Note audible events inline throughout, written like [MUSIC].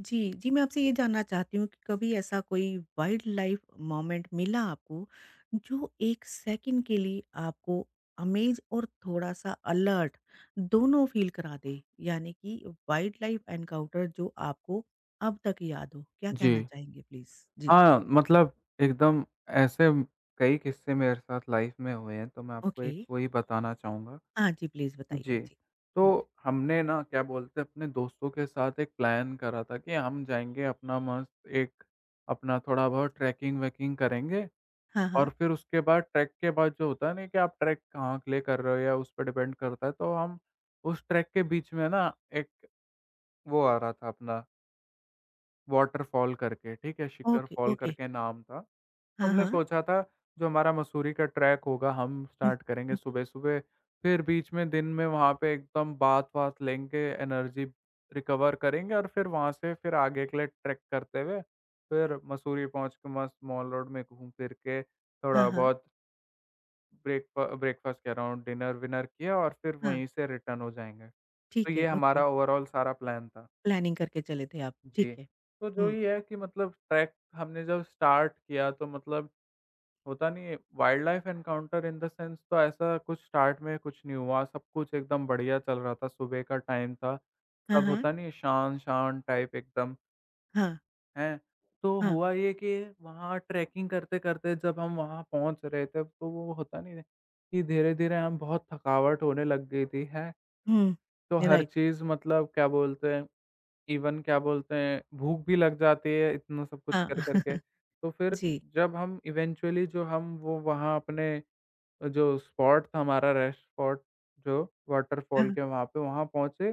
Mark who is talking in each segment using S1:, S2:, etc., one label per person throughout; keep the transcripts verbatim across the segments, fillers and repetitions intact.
S1: जी, जी, मैं आपसे ये जानना चाहती हूँ कि कभी ऐसा कोई वाइल्ड लाइफ मोमेंट मिला आपको, जो एक सेकंड के लिए आपको अमेज़ और थोड़ा-सा अलर्ट दोनों फ़ील करा दे? यानी कि वाइल्ड लाइफ एनकाउंटर जो आपको अब तक याद हो, क्या
S2: जी।
S1: कहना चाहेंगे प्लीज़? जी।
S2: हाँ, मतलब एकदम ऐसे कई किस्से मेरे साथ लाइफ़ में हुए हैं, तो मैं आपको
S1: ओके।
S2: एक वही बताना चाहूँगा।
S1: हाँ जी, प्लीज़
S2: जी,
S1: बताइए। जी। हुँ।
S2: तो हमने ना क्या बोलते हैं अपने दोस्तों के साथ एक प्लान करा था कि हम जाएँगे अपना मस्त एक अपना थोड़ा-बहुत ट्रैकिंग-वैकिंग करेंगे
S1: हाँ,
S2: और
S1: हाँ।
S2: फिर उसके बाद ट्रैक के बाद जो होता है ना कि आप ट्रैक कहाँ के लिए कर रहे हो या उस पे डिपेंड करता है, तो हम उस ट्रैक के बीच में ना एक वो आ रहा था अपना वॉटरफॉल करके, ठीक है? Shikhar
S1: okay,
S2: fall
S1: okay.
S2: करके नाम था। तो
S1: हाँ,
S2: हमने
S1: हाँ।
S2: सोचा था जो हमारा मसूरी का ट्रैक होगा हम
S1: हुँ,
S2: स्टार्ट करेंगे
S1: हुँ।
S2: सुबह-सुबह, फिर बीच में दिन में वहाँ पे एकदम बाथ-वाथ लेंगे, एनर्जी रिकवर करेंगे और फिर वहाँ से फिर आगे के लिए ट्रैक करते हुए, फिर मसूरी पहुँच के मस्त मॉल रोड में घूम फिर के
S1: हाँ,
S2: थोड़ा
S1: हाँ।
S2: बहुत ब्रेकफा ब्रेकफास्ट कह रहा हूँ, डिनर-विनर किया और फिर
S1: हाँ,
S2: वहीं से रिटर्न हो जाएँगे। तो
S1: ठीक है,
S2: ये
S1: ओके।
S2: हमारा ओवरऑल सारा प्लान था।
S1: प्लानिंग करके चले थे आप,
S2: जी।
S1: ठीक है।
S2: तो जो
S1: हुँ।
S2: ये है कि मतलब ट्रैक हमने जब स्टार्ट किया तो मतलब होता नहीं है, wildlife encounter in the sense तो ऐसा कुछ स्टार्ट में कुछ नहीं हुआ, सब कुछ एकदम बढ़िया चल रहा था, सुबह का टाइम था,
S1: हाँ,
S2: सब
S1: हाँ।
S2: होता नहीं है शांत-शांत टाइप एकदम,
S1: हाँ,
S2: हैं? तो
S1: हाँ।
S2: हुआ ये कि वहाँ ट्रैकिंग करते-करते जब हम वहाँ पहुँच रहे थे, तो वो होता नहीं है कि धीरे-धीरे हम बहुत थकावट होने लग गई थी, हैं?
S1: हुँ,
S2: तो हर
S1: राइट।
S2: चीज़ मतलब क्या बोलते हैं, इवन क्या बोलते हैं, भूख भी लग जाती है इतना सब कुछ
S1: हाँ,
S2: कर-कर के।
S1: [LAUGHS]
S2: तो फिर
S1: जी।
S2: जब हम इवेंचुअली जो हम वो वहाँ अपने जो स्पॉट था हमारा रेस्ट स्पॉट जो वाटरफॉल
S1: हाँ,
S2: के वहाँ पे, वहाँ पहुँचे।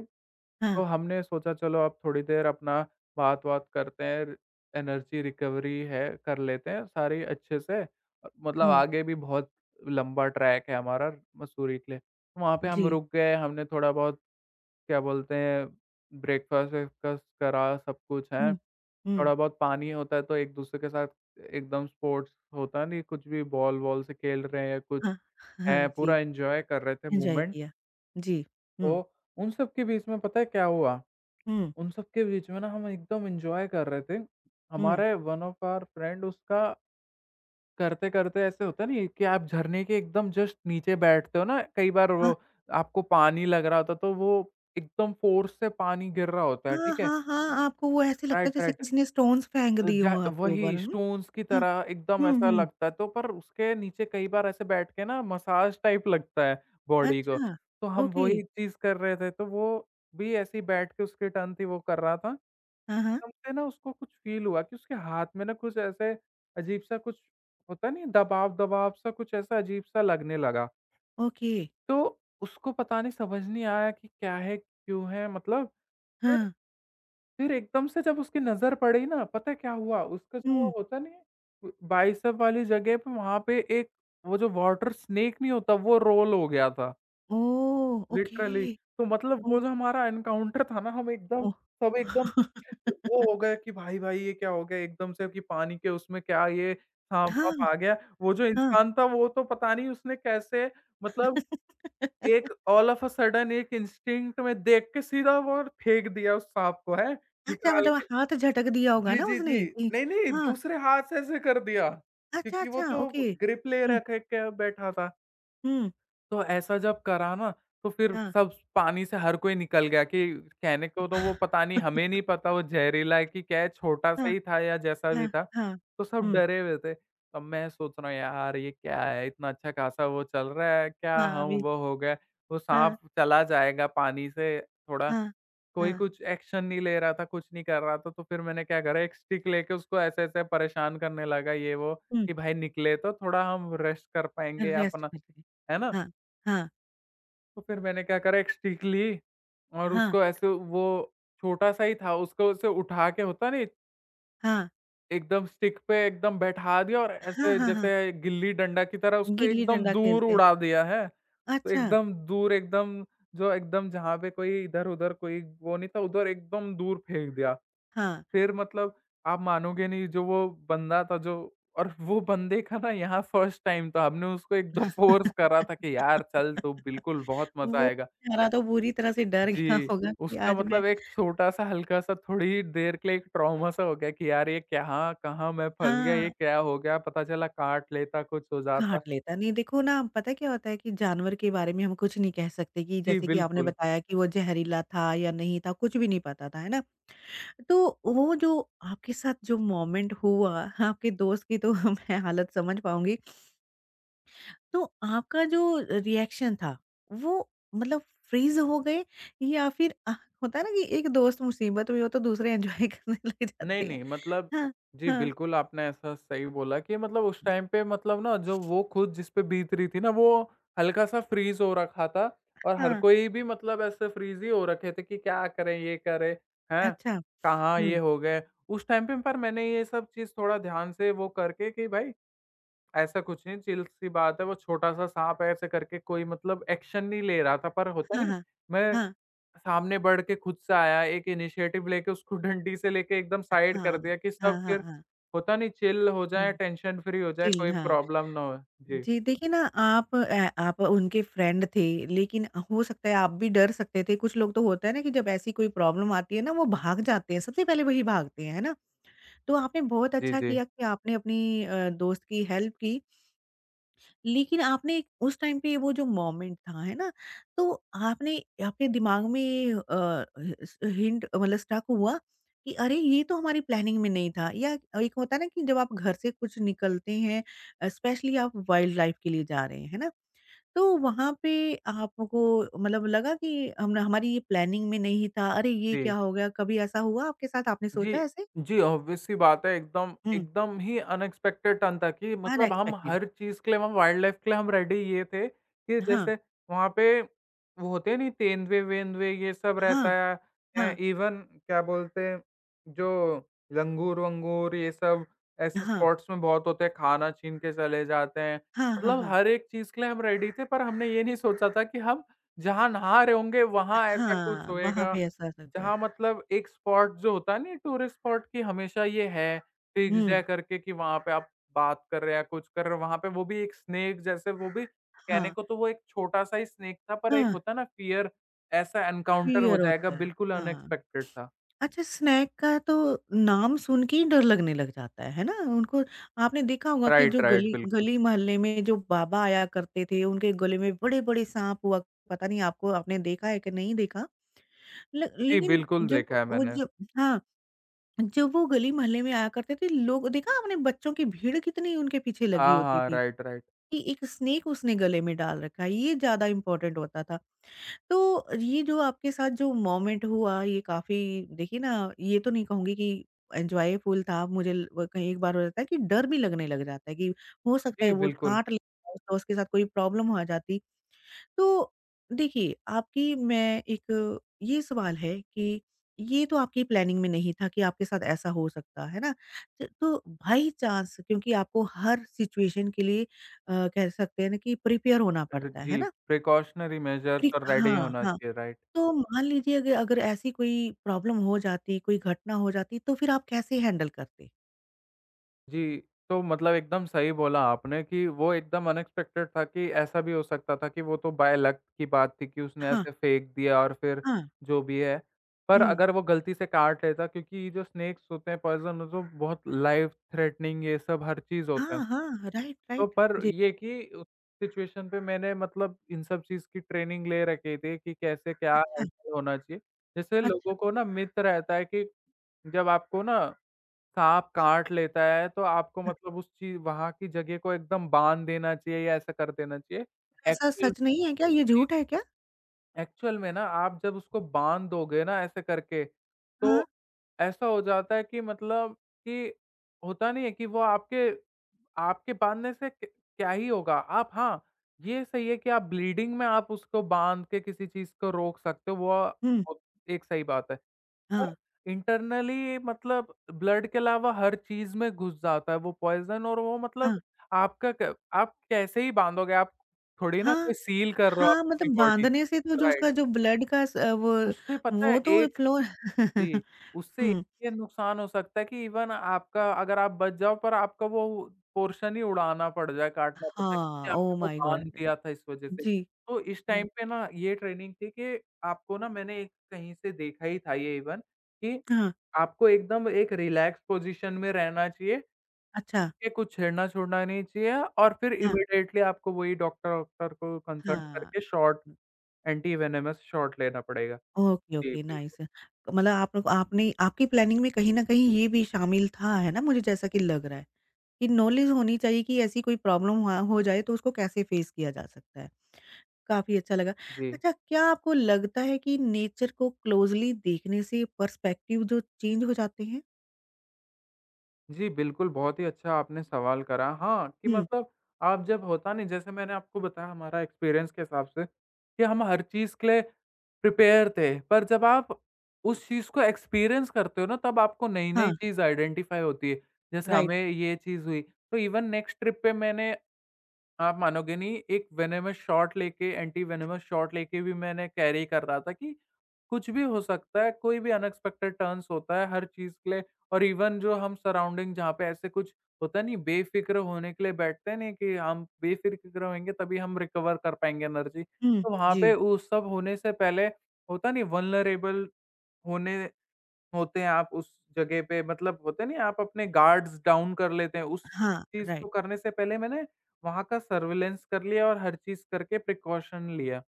S1: हाँ,
S2: तो हमने सोचा चलो अब थोड़ी देर अपना बात-वात करते हैं, एनर्जी रिकवरी है, कर लेते हैं सारी अच्छे से। और मतलब
S1: हुँ,
S2: आगे भी बहुत लंबा ट्रैक है हमारा मसूरी के लिए। तो वहाँ पे हम
S1: जी,
S2: रुक गए, हमने थोड़ा बहुत क्या बोलते हैं ब्रेकफ़ास्ट वेकफ़ास्ट करा, सब कुछ है।
S1: हुँ, हुँ,
S2: थोड़ा बहुत पानी होता है तो एक-दूसरे के साथ एकदम स्पोर्ट्स होता नहीं कुछ भी बॉल-वॉल से खेल रहे हैं या कुछ।
S1: हाँ, हाँ,
S2: हैं,
S1: जी,
S2: पूरा एन्जॉय कर रहे थे
S1: एन्जॉय
S2: मूवमेंट,
S1: किया। जी,
S2: तो
S1: हुँ,
S2: उन सब के बीच में पता है क्या हुआ?
S1: हुँ,
S2: उन सब के बीच में ना हम एकदम एन्जॉय कर रहे थे।
S1: हुँ,
S2: हमारे वन ऑफ आवर फ्रेंड उसका करते-करते ऐसे होता नहीं कि आप झरने के एकदम जस्ट नीचे बैठते हो ना, कई बार
S1: हाँ,
S2: वो आपको पानी लग रहा होता है, तो वो एकदम फ़ोर्स से पानी गिर रहा होता है,
S1: हाँ,
S2: ठीक है?
S1: हाँ, हाँ, आपको वो ऐसे लगता है
S2: राइट,
S1: जैसे
S2: राइट।
S1: किसी ने स्टोन्स फेंक
S2: अ,
S1: दिए
S2: जा
S1: हों आपके
S2: वही
S1: ऊपर, है ना?
S2: स्टोन्स की
S1: हाँ,
S2: तरह एकदम
S1: हुँ,
S2: ऐसा
S1: हुँ,
S2: लगता है, तो पर उसके नीचे कई बार ऐसे बैठ के ना मसाज टाइप लगता है बॉडी को,
S1: अच्छा,
S2: तो हम
S1: ओके,
S2: वही चीज़ कर रहे थे, तो वो भी ऐसे ही बैठ के उसकी टर्न थी वो कर रहा था।
S1: हाँ, हाँ,
S2: एकदम से ना उसको कुछ फ़ील हुआ कि उसके हाथ में ना कुछ ऐसे अजीब-सा कुछ होता नहीं है दबाव-दबाव सा कुछ ऐसा अजीब-सा लगने लगा।
S1: ओके,
S2: तो उसको पता नहीं समझ नहीं आया कि क्या है, क्यों है मतलब
S1: हाँ,
S2: फिर एकदम से जब उसकी नज़र पड़ी ना, पता है क्या हुआ? उसका जो वो
S1: हुँ,
S2: होता नहीं है, ब बाइसेप वाली जगह पे वहाँ पे एक वो जो वाटर स्नेक नहीं होता, वो रोल हो गया था,
S1: ओह! Okay,
S2: literally. तो मतलब वो
S1: ओह,
S2: जो हमारा एनकाउंटर था ना, हम एकदम
S1: ओह!
S2: सब एकदम
S1: [LAUGHS]
S2: वो हो गए कि भाई, भाई ये क्या हो गया? एकदम से कि पानी के उसमें क्या ये
S1: हाँ,
S2: साँप-वाँप आ गया? वो जो
S1: हाँ।
S2: इंसान था, वो तो पता नहीं उसने कैसे मतलब
S1: [LAUGHS]
S2: एक ऑल ऑफ अ सडन एक इंस्टिंक्ट में देख के सीधा वो फेंक दिया उस साँप को, हैं?
S1: अच्छा
S2: निकाल
S1: मतलब
S2: के।
S1: हाथ झटक दिया होगा
S2: जी,
S1: ना
S2: जी, जी।
S1: उसने कि
S2: नहीं, नहीं
S1: हाँ,
S2: दूसरे हाथ से ऐसे कर दिया,
S1: अच्छा,
S2: क्योंकि वो
S1: अच्छा,
S2: तो
S1: ओके।
S2: ग्रिप ले
S1: हुँ,
S2: रखे के बैठा था।
S1: हुँ,
S2: तो ऐसा जब करा ना, तो फिर
S1: हाँ।
S2: सब पानी से हर कोई निकल गया कि कहने को तो वो पता नहीं हमें नहीं
S1: [LAUGHS]
S2: पता वो ज़हरीला है कि क्या है, छोटा-सा
S1: हाँ,
S2: ही था या जैसा
S1: हाँ,
S2: भी था।
S1: हाँ।
S2: तो सब
S1: हुँ,
S2: डरे हुए थे। अब मैं सोच रहा हूँ यार ये क्या है, इतना अच्छा खासा वो चल रहा है, क्या
S1: हाँ,
S2: हम
S1: अभी
S2: वो हो गए, वो
S1: हाँ,
S2: साँप चला जाएगा पानी से थोड़ा
S1: हाँ,
S2: कोई
S1: हाँ,
S2: कुछ एक्शन नहीं ले रहा था, कुछ नहीं कर रहा था, तो फिर मैंने क्या करा एक स्टिक लेके उसको ऐसे-ऐसे परेशान करने लगा ये वो
S1: हुँ,
S2: कि भाई निकले तो थोड़ा हम रेस्ट कर पाएँगे या
S1: रेस्ट
S2: अपना
S1: कर रहे हैं।
S2: है ना?
S1: हाँ, हाँ,
S2: तो फिर मैंने क्या करा एक स्टिक ली और
S1: हाँ,
S2: उसको ऐसे वो छोटा-सा ही था, उसको ऐसे उठा के होता नहीं
S1: हाँ,
S2: एकदम स्टिक पे एकदम बैठा दिया और
S1: हाँ,
S2: ऐसे
S1: हाँ, हाँ,
S2: जैसे गिल्ली डंडा की तरह उसको एकदम
S1: गिल्ली-डंडा
S2: दूर
S1: खेलते हैं।
S2: उड़ा दिया है। तो
S1: अच्छा,
S2: एकदम दूर एकदम जो एकदम जहाँ पे कोई इधर-उधर कोई वो नहीं था, उधर एकदम दूर फेंक दिया।
S1: हाँ।
S2: फिर मतलब आप मानोगे नहीं जो वो बंदा था जो और वो बंदे का ना यहाँ फर्स्ट टाइम था। हमने उसको एकदम फ़ोर्स
S1: [LAUGHS]
S2: करा था कि यार चल तू बिल्कुल बहुत मज़ा
S1: वो
S2: आएगा।
S1: बेचारा तो बुरी तरह से डर गया
S2: जी,
S1: होगा कि
S2: उसका
S1: आज मैं
S2: मतलब एक छोटा-सा, हल्का-सा, थोड़ी देर के लिए एक ट्रॉमा-सा हो गया कि यार ये कहाँ कहाँ मैं फँस गया, ये
S1: हाँ।
S2: क्या हो गया? पता चला काट लेता, कुछ हो जाता।
S1: काट लेता है। नहीं देखो ना, पता है क्या होता है कि जानवर के बारे में हम कुछ नहीं कह सकते कि
S2: जी,
S1: जैसे कि आपने
S2: बिल्कुल।
S1: बताया कि वो ज़हरीला था या नहीं था, कुछ भी नहीं पता था, है ना? तो वो जो आपके साथ जो मोमेंट हुआ, आपके दोस्त की तो [LAUGHS] मैं हालत समझ पाऊँगी। तो आपका जो रिएक्शन था, वो मतलब फ्रीज़ हो गए या फिर अ, होता है ना कि एक दोस्त मुसीबत में हो तो दूसरे एन्जॉय [LAUGHS] करने लग जाते
S2: नहीं,
S1: हैं।
S2: नहीं मतलब
S1: हाँ,
S2: जी,
S1: हाँ,
S2: बिल्कुल आपने ऐसा सही बोला कि मतलब उस टाइम पे मतलब ना जो वो खुद जिस पे बीत रही थी ना, वो हल्का-सा फ्रीज़ हो रखा था और हर
S1: हाँ,
S2: कोई भी मतलब ऐसे फ्रीज़ ही हो रखे थे कि क्या करें, ये करें, हैं?
S1: अच्छा,
S2: कहाँ ये
S1: हुँ,
S2: हो गए? उस टाइम पे पर मैंने ये सब चीज़ थोड़ा ध्यान से वो करके कि भाई ऐसा कुछ नहीं, चिल सी बात है, वो छोटा-सा साँप है ऐसे करके कोई मतलब एक्शन नहीं ले रहा था, पर होता
S1: हाँ,
S2: नहीं है,
S1: हाँ,
S2: मैं
S1: हाँ,
S2: सामने बढ़ के खुद से आया, एक इनिशिएटिव लेके उसको [LAUGHS] डंडी से लेके एकदम साइड
S1: हाँ,
S2: कर दिया कि सब
S1: हाँ, हाँ,
S2: फिर
S1: हाँ।
S2: होता नहीं चिल हो
S1: हुँ,
S2: जाएँ, टेंशन फ्री हो जाएँ,
S1: चिल
S2: कोई
S1: हाँ।
S2: प्रॉब्लम ना हो। जी।
S1: जी, देखिए ना आप अ, आप उनके फ्रेंड थे लेकिन हो सकता है आप भी डर सकते थे। कुछ लोग तो होता है ना कि जब ऐसी कोई प्रॉब्लम आती है ना वो भाग जाते हैं, सबसे पहले वही भागते हैं, है ना? तो आपने बहुत
S2: जी,
S1: अच्छा
S2: जी।
S1: किया कि आपने अपनी अ, दोस्त की हेल्प की लेकिन आपने एक उस टाइम पे वो जो मोमेंट था, है ना? तो आपने आपके दिमाग में अ, स हिंट मतलब स्टक हुआ कि अरे! ये तो हमारी प्लानिंग में नहीं था या एक होता है ना कि जब आप घर से कुछ निकलते हैं अ, स्पेशली आप वाइल्ड लाइफ के लिए जा रहे हैं, है ना? तो वहाँ पे आपको मतलब लगा कि हम हमारी ये प्लानिंग में नहीं था। अरे! ये क्या
S2: जी।
S1: हो गया? कभी ऐसा हुआ आपके साथ? आपने सोचा
S2: जी,
S1: ऐसे?
S2: जी, ऑब्वियस सी बात है एकदम
S1: हुँ,
S2: एकदम ही अनएक्सपेक्टेड टर्न था कि मतलब हम
S1: अनएक्सपेक्टेड
S2: हर चीज़ के लिए हम वाइल्ड लाइफ़ के लिए हम रेडी ये थे कि
S1: हाँ,
S2: जैसे वहाँ पे वो होते हैं नहीं तेंदुए-वेंदुए ये सब रहता
S1: हाँ,
S2: है या
S1: हाँ,
S2: इवन क्या बोलते हैं जो लंगूर-वंगूर ये सब ऐसे
S1: हाँ,
S2: स्पॉट्स में बहुत होते हैं, खाना छीन के चले जाते हैं।
S1: हाँ, हाँ, हाँ।
S2: मतलब
S1: हाँ
S2: हर एक चीज़ के लिए हम रेडी थे पर हमने ये नहीं सोचा था कि हम जहाँ नहा रहे होंगे वहाँ ऐसा कुछ
S1: हाँ, वहाँ
S2: होएगा।
S1: पे ऐसा हो सकता है।
S2: जहाँ मतलब एक स्पॉट जो होता है नहीं टूरिस्ट स्पॉट की हमेशा ये है, फिक्स्ड
S1: हुँ।
S2: है करके कि वहाँ पे आप बात कर रहे हैं, कुछ कर रहे हो, वहाँ पे वो भी एक स्नेक जैसे वो भी कहने
S1: हाँ,
S2: को तो वो एक छोटा-सा ही स्नेक था पर एक
S1: हाँ,
S2: होता है ना फ़ियर ऐसा एनकाउंटर हो
S1: फ़ियर
S2: जाएगा
S1: होता है।
S2: बिल्कुल
S1: हाँ,
S2: अनएक्सपेक्टेड था।
S1: अच्छा स्नैक का तो नाम सुन के ही डर लगने लग जाता है, है ना? उनको आपने देखा होगा कि
S2: राइट,
S1: जो
S2: राइट,
S1: गली
S2: बिल्कुल।
S1: गली मोहल्ले में जो बाबा आया करते थे, उनके गले में बड़े-बड़े साँप हुआ पता नहीं आपको आपने देखा है कि नहीं देखा? ल
S2: जी,
S1: लेकिन
S2: बिल्कुल
S1: जब
S2: देखा है
S1: वो
S2: मैंने।
S1: जब हाँ, जब वो गली मोहल्ले में आया करते थे, लोग देखा आपने बच्चों की भीड़ कितनी उनके पीछे लगी
S2: हाँ,
S1: होती
S2: हाँ,
S1: थी।
S2: Right, right.
S1: कि एक स्नेक उसने गले में डाल रखा है, ये ज़्यादा इम्पोर्टेंट होता था। तो ये जो आपके साथ जो मोमेंट हुआ ये काफ़ी देखिए ना, ये तो नहीं कहूँगी कि एन्जॉयफुल था मुझे ल व कहीं एक बार हो जाता है कि डर भी लगने लग जाता है कि हो सकता है
S2: जी,
S1: वो
S2: बिल्कुल।
S1: काट ले तो उसके साथ कोई प्रॉब्लम हो जाती। तो देखिए, आपकी मैं एक ये सवाल है कि ये तो आपकी प्लानिंग में नहीं था कि आपके साथ ऐसा हो सकता है ना? त तो बाई चांस क्योंकि आपको हर सिचुएशन के लिए अ, कह सकते हैं ना कि प्रिपेयर होना
S2: र
S1: पड़ता है,
S2: जी,
S1: है ना?
S2: प्रिकॉशनरी मेजर्स
S1: प्रि
S2: और रेडी
S1: हाँ,
S2: होना
S1: हाँ।
S2: चाहिए, राइट।
S1: तो मान लीजिए अग अगर ऐसी कोई प्रॉब्लम हो जाती, कोई घटना हो जाती तो फिर आप कैसे हैंडल करते?
S2: जी, तो मतलब एकदम सही बोला आपने कि वो एकदम अनएक्सपेक्टेड था कि ऐसा भी हो सकता था कि वो तो बाय लक की बात थी कि उसने
S1: हाँ,
S2: ऐसे फेंक दिया और फिर
S1: हाँ।
S2: जो भी है। पर
S1: हुँ।
S2: अगर वो गलती से काट लेता क्योंकि ये जो स्नेक्स होते हैं पॉइज़न वो तो बहुत लाइफ़ थ्रेटनिंग ये सब हर चीज़ होते हैं।
S1: हाँ, हाँ। राइट,
S2: तो
S1: राइट।
S2: पर
S1: जी।
S2: ये कि उस सिचुएशन पे मैंने मतलब इन सब चीज़ की ट्रेनिंग ले रखी थी कि कैसे क्या
S1: अच्छा,
S2: हैंडल होना चाहिए। जैसे
S1: अच्छा।
S2: लोगों को ना मिथ रहता है कि जब आपको ना साँप काट लेता है तो आपको
S1: हाँ,
S2: मतलब उस चीज़ वहाँ की जगह को एकदम बाँध देना चाहिए या ऐसा कर देना चाहिए।
S1: तो ऐसा
S2: एक्चुअल में
S1: सच नहीं है क्या? ये झूठ है क्या?
S2: एक्चुअल में ना आप जब उसको बाँध दोगे ना ऐसे करके,
S1: हाँ।
S2: तो ऐसा हो जाता है कि मतलब कि होता नहीं है कि वो आपके आपके बाँधने से क क्या ही होगा? आप हाँ, ये सही है कि आप ब्लीडिंग में आप उसको बाँध के किसी चीज़ को रोक सकते हो, वो अ,
S1: हुँ।
S2: एक सही बात है। और
S1: हाँ,
S2: इंटरनली मतलब ब्लड के अलावा हर चीज़ में घुस जाता है वो पॉइज़न और वो मतलब
S1: हाँ,
S2: आपका क आप कैसे ही बाँधोगे? आप थोड़ी ना
S1: हाँ,
S2: कोई सील कर रहे हो आप
S1: हाँ,
S2: अपनी
S1: मतलब
S2: बॉडी।
S1: बाँधने से तो जो
S2: राइट,
S1: उसका जो ब्लड का स अ, वो
S2: उससे पता है
S1: वो तो
S2: एक।
S1: फ्लो
S2: जी,
S1: [LAUGHS]
S2: उससे
S1: हुँ,
S2: ये नुकसान हो सकता है कि इवन आपका अगर आप बच जाओ पर आपका वो पोर्शन ही उड़ाना पड़ जाए, काटना पड़ जाए
S1: हाँ,
S2: क्योंकि
S1: ओह
S2: आपने वो
S1: माय गॉड!
S2: बाँध लिया था इस वज़ह से।
S1: जी,
S2: तो इस
S1: हुँ,
S2: टाइम पे ना ये ट्रेनिंग थी कि आपको ना मैंने एक कहीं से देखा ही था, ये इवन कि
S1: हाँ,
S2: आपको एकदम एक रिलैक्स पोज़ीशन में रहना चाहिए,
S1: अच्छा,
S2: कि कुछ छेड़ना-छोड़ना नहीं चाहिए, और फिर
S1: हाँ,
S2: इमीडिएटली आपको वही डॉक्टर-वॉक्टर को कंसल्ट
S1: हाँ,
S2: करके शॉट, एंटी वेनेमस शॉट लेना पड़ेगा।
S1: ओके,
S2: जी,
S1: ओके, नाइस।
S2: बिल्कुल।
S1: मतलब आप लोग आपने आपकी प्लानिंग में कहीं न कहीं ये भी शामिल था, है ना? मुझे जैसा कि लग रहा है, कि नॉलेज होनी चाहिए कि ऐसी कोई प्रॉब्लम वहाँ हो जाए तो उसको कैसे फेस किया जा सकता है। काफ़ी अच्छा लगा।
S2: जी।
S1: अच्छा, क्या आपको लगता है कि नेचर को क्लोज़ली देखने से पर्सपेक्टिव जो चेंज हो जाते हैं?
S2: जी, बिल्कुल, बहुत ही अच्छा आपने सवाल करा। हाँ, कि
S1: हुँ।
S2: मतलब आप जब होता नहीं, जैसे मैंने आपको बताया हमारा एक्सपीरियंस के हिसाब से कि हम हर चीज़ के लिए प्रिपेयर थे, पर जब आप उस चीज़ को एक्सपीरियंस करते हो ना, तब आपको
S1: हाँ,
S2: नई-नई चीज़ आइडेंटिफ़ाई होती है। जैसे हमें
S1: राइट।
S2: ये चीज़ हुई, तो इवन नेक्स्ट ट्रिप पे मैंने, आप मानोगे नहीं, एक वेनेमस शॉट लेके, एंटी वेनेमस शॉट लेके भी मैंने कैरी कर रहा था कि कुछ भी हो सकता है, कोई भी अनएक्सपेक्टेड टर्न्स होता है हर चीज़ के लिए। और इवन जो हम सराउंडिंग जहाँ पे ऐसे कुछ होता नहीं बेफ़िक्र होने के लिए बैठते हैं, नहीं कि हम बेफ़िक्र होंगे तभी हम रिकवर कर पाएँगे एनर्जी।
S1: हुँ,
S2: तो वहाँ पे
S1: जी।
S2: उस सब होने से पहले होता नहीं वल्नरेबल होने होते हैं आप उस जगह पे, मतलब होते नहीं आप अपने गार्ड्स डाउन कर लेते हैं, उस
S1: हाँ,
S2: चीज़
S1: राइट।
S2: को करने से पहले मैंने वहाँ का सर्विलेंस कर लिया और हर चीज़ करके प्रिकॉशन लिया।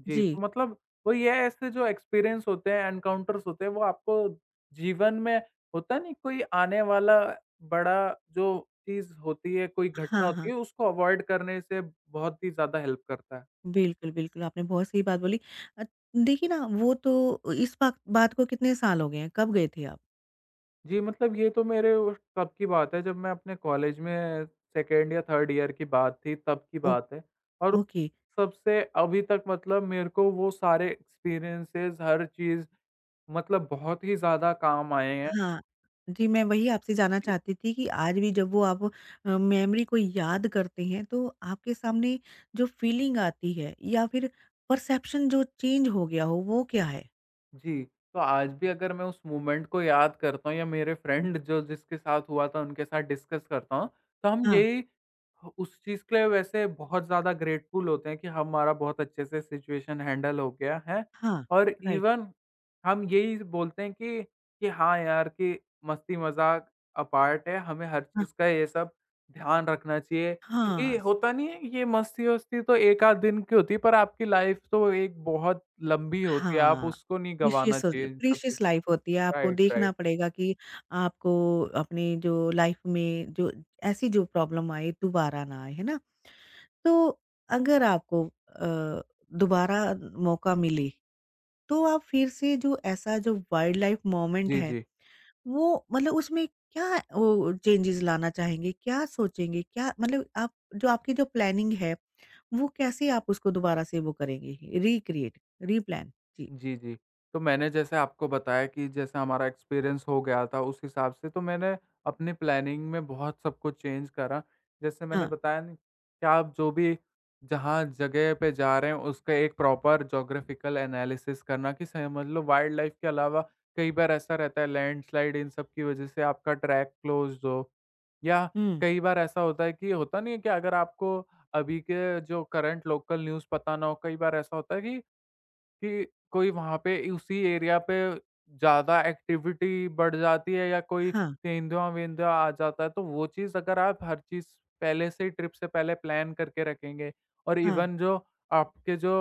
S2: जी,
S1: जी।
S2: तो मतलब वो ये है, ऐसे जो एक्सपीरियंस होते हैं, एनकाउंटर्स होते हैं, वो आपको जीवन में होता नहीं कोई आने वाला बड़ा जो चीज़ होती है, कोई घटना
S1: हाँ,
S2: होती
S1: हाँ।
S2: है, उसको अवॉइड करने से बहुत ही ज़्यादा हेल्प करता है।
S1: बिल्कुल, बिल्कुल, आपने बहुत सही बात बोली। अ, देखिए ना, वो तो इस बात बात को कितने साल हो गए हैं? कब गए थे आप?
S2: जी, मतलब ये तो मेरे उस तब की बात है जब मैं अपने कॉलेज में सेकंड या थर्ड ईयर की बात थी, तब की
S1: ओ
S2: बात है। और
S1: ओके।
S2: सबसे अभी तक, मतलब मेरे को वो सारे एक्सपीरियंसेस, हर चीज़ मतलब बहुत ही ज़्यादा काम आए हैं।
S1: हाँ, जी, मैं वही आपसे जानना
S2: जी,
S1: चाहती थी कि आज भी जब वो आप अ, मेमोरी को याद करते हैं, तो आपके सामने जो फ़ीलिंग आती है या फिर परसेप्शन जो चेंज हो गया हो, वो क्या है?
S2: जी। तो आज भी अगर मैं उस मोमेंट को याद करता हूँ या मेरे फ्रेंड, जो जिसके साथ हुआ था उनके साथ डिस्कस करता हूँ, तो हम
S1: हाँ,
S2: यही ह उस चीज़ के लिए वैसे बहुत ज़्यादा ग्रेटफुल होते हैं कि हमारा बहुत अच्छे से सिचुएशन हैंडल हो गया है।
S1: हाँ,
S2: और
S1: राइट।
S2: इवन हम यही बोलते हैं कि कि हाँ यार, कि मस्ती-मज़ाक अपार्ट है, हमें हर
S1: हाँ,
S2: चीज़ का ये सब ध्यान रखना चाहिए। क्योंकि
S1: हाँ, स
S2: होता नहीं है, ये मस्ती-वस्ती तो एक आध दिन की होती है पर आपकी लाइफ़ तो एक बहुत लंबी होती है, आप
S1: हाँ,
S2: उसको नहीं
S1: प्रीशियस
S2: गँवाना चाहिए इन सब चीज़।
S1: प्रीशियस लाइफ़ होती है, आपको
S2: राइट,
S1: देखना
S2: राइट।
S1: पड़ेगा कि आपको अपनी जो लाइफ़ में जो ऐसी जो प्रॉब्लम आए, दोबारा ना आए, है ना? तो अगर आपको अ, दोबारा मौका मिले तो आप फिर से जो ऐसा जो वाइल्ड लाइफ मोमेंट
S2: जी,
S1: है,
S2: जी।
S1: वो मतलब उसमें क्या वो चेंजेज़ लाना चाहेंगे? क्या सोचेंगे? क्या मतलब आप जो आपकी जो प्लानिंग है, वो कैसे आप उसको दोबारा से वो करेंगे, रिक्रिएट, रिप्लान? जी।
S2: जी, जी। तो मैंने, जैसे आपको बताया कि जैसे हमारा एक्सपीरियंस हो गया था उस हिसाब से, तो मैंने अपनी प्लानिंग में बहुत सब कुछ चेंज करा। जैसे मैंने
S1: हाँ।
S2: बताया ना कि आप जो भी जहाँ जगह पे जा रहे हैं, उसका एक प्रॉपर ज्योग्राफिकल एनालिसिस करना, कि समझ लो वाइल्ड लाइफ के अलावा कई बार ऐसा रहता है लैंडस्लाइड, इन सब की वज़ह से आपका ट्रैक क्लोज़्ड हो, या
S1: हुँ।
S2: कई बार ऐसा होता है कि होता नहीं है कि अगर आपको अभी के जो करंट लोकल न्यूज़ पता ना हो, कई बार ऐसा होता है कि कि कोई वहाँ पे उसी एरिया पे ज़्यादा एक्टिविटी बढ़ जाती है या कोई
S1: हाँ,
S2: तेंदुआ-वेंदुआ आ जाता है, तो वो चीज़ अगर आप हर चीज़ पहले से ही ट्रिप से पहले प्लान करके रखेंगे, और
S1: हाँ,
S2: इवन जो आपके जो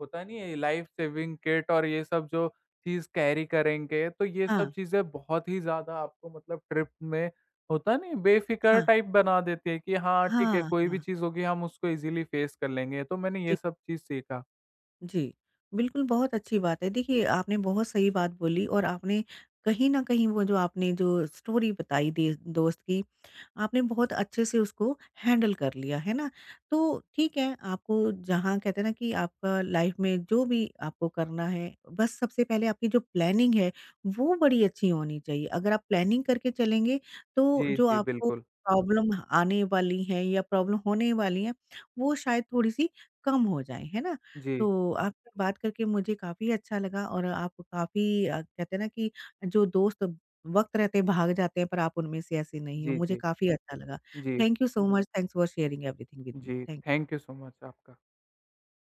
S2: होता नहीं है लाइफ सेविंग किट और ये सब जो चीज़ कैरी करेंगे, तो ये
S1: हाँ,
S2: सब चीज़ें बहुत ही ज़्यादा आपको मतलब ट्रिप में होता नहीं बेफ़िक्र
S1: हाँ,
S2: टाइप बना देती है कि हाँ, ठीक है,
S1: हाँ,
S2: कोई भी
S1: हाँ।
S2: चीज़ होगी हम उसको इज़िली फ़ेस कर लेंगे, तो मैंने ये सब चीज़ सीखा।
S1: जी, बिल्कुल, बहुत अच्छी बात है। देखिए, आपने बहुत सही बात बोली और आपने कहीं न कहीं वो जो आपने जो स्टोरी बताई दे दोस्त की, आपने बहुत अच्छे से उसको हैंडल कर लिया, है ना? तो ठीक है, आपको जहाँ कहते हैं ना कि आपका लाइफ़ में जो भी आपको करना है, बस सबसे पहले आपकी जो प्लानिंग है, वो बड़ी अच्छी होनी चाहिए। अगर आप प्लानिंग करके चलेंगे, तो
S2: जी,
S1: जो
S2: जी,
S1: आपको
S2: बिल्कुल।
S1: प्रॉब्लम आने वाली है या प्रॉब्लम होने वाली है, वो शायद थोड़ी-सी कम हो जाए, है ना?
S2: जी,
S1: तो आपसे बात करके मुझे काफ़ी अच्छा लगा और आप काफ़ी अ, कहते हैं ना कि जो दोस्त वक़्त रहते भाग जाते हैं पर आप उनमें से ऐसे नहीं हो।
S2: जी,
S1: मुझे
S2: जी,
S1: काफ़ी अच्छा लगा।
S2: जी,
S1: thank you so much, thanks for sharing everything with me.
S2: जी।
S1: Thank you.
S2: Thank you so much आपका।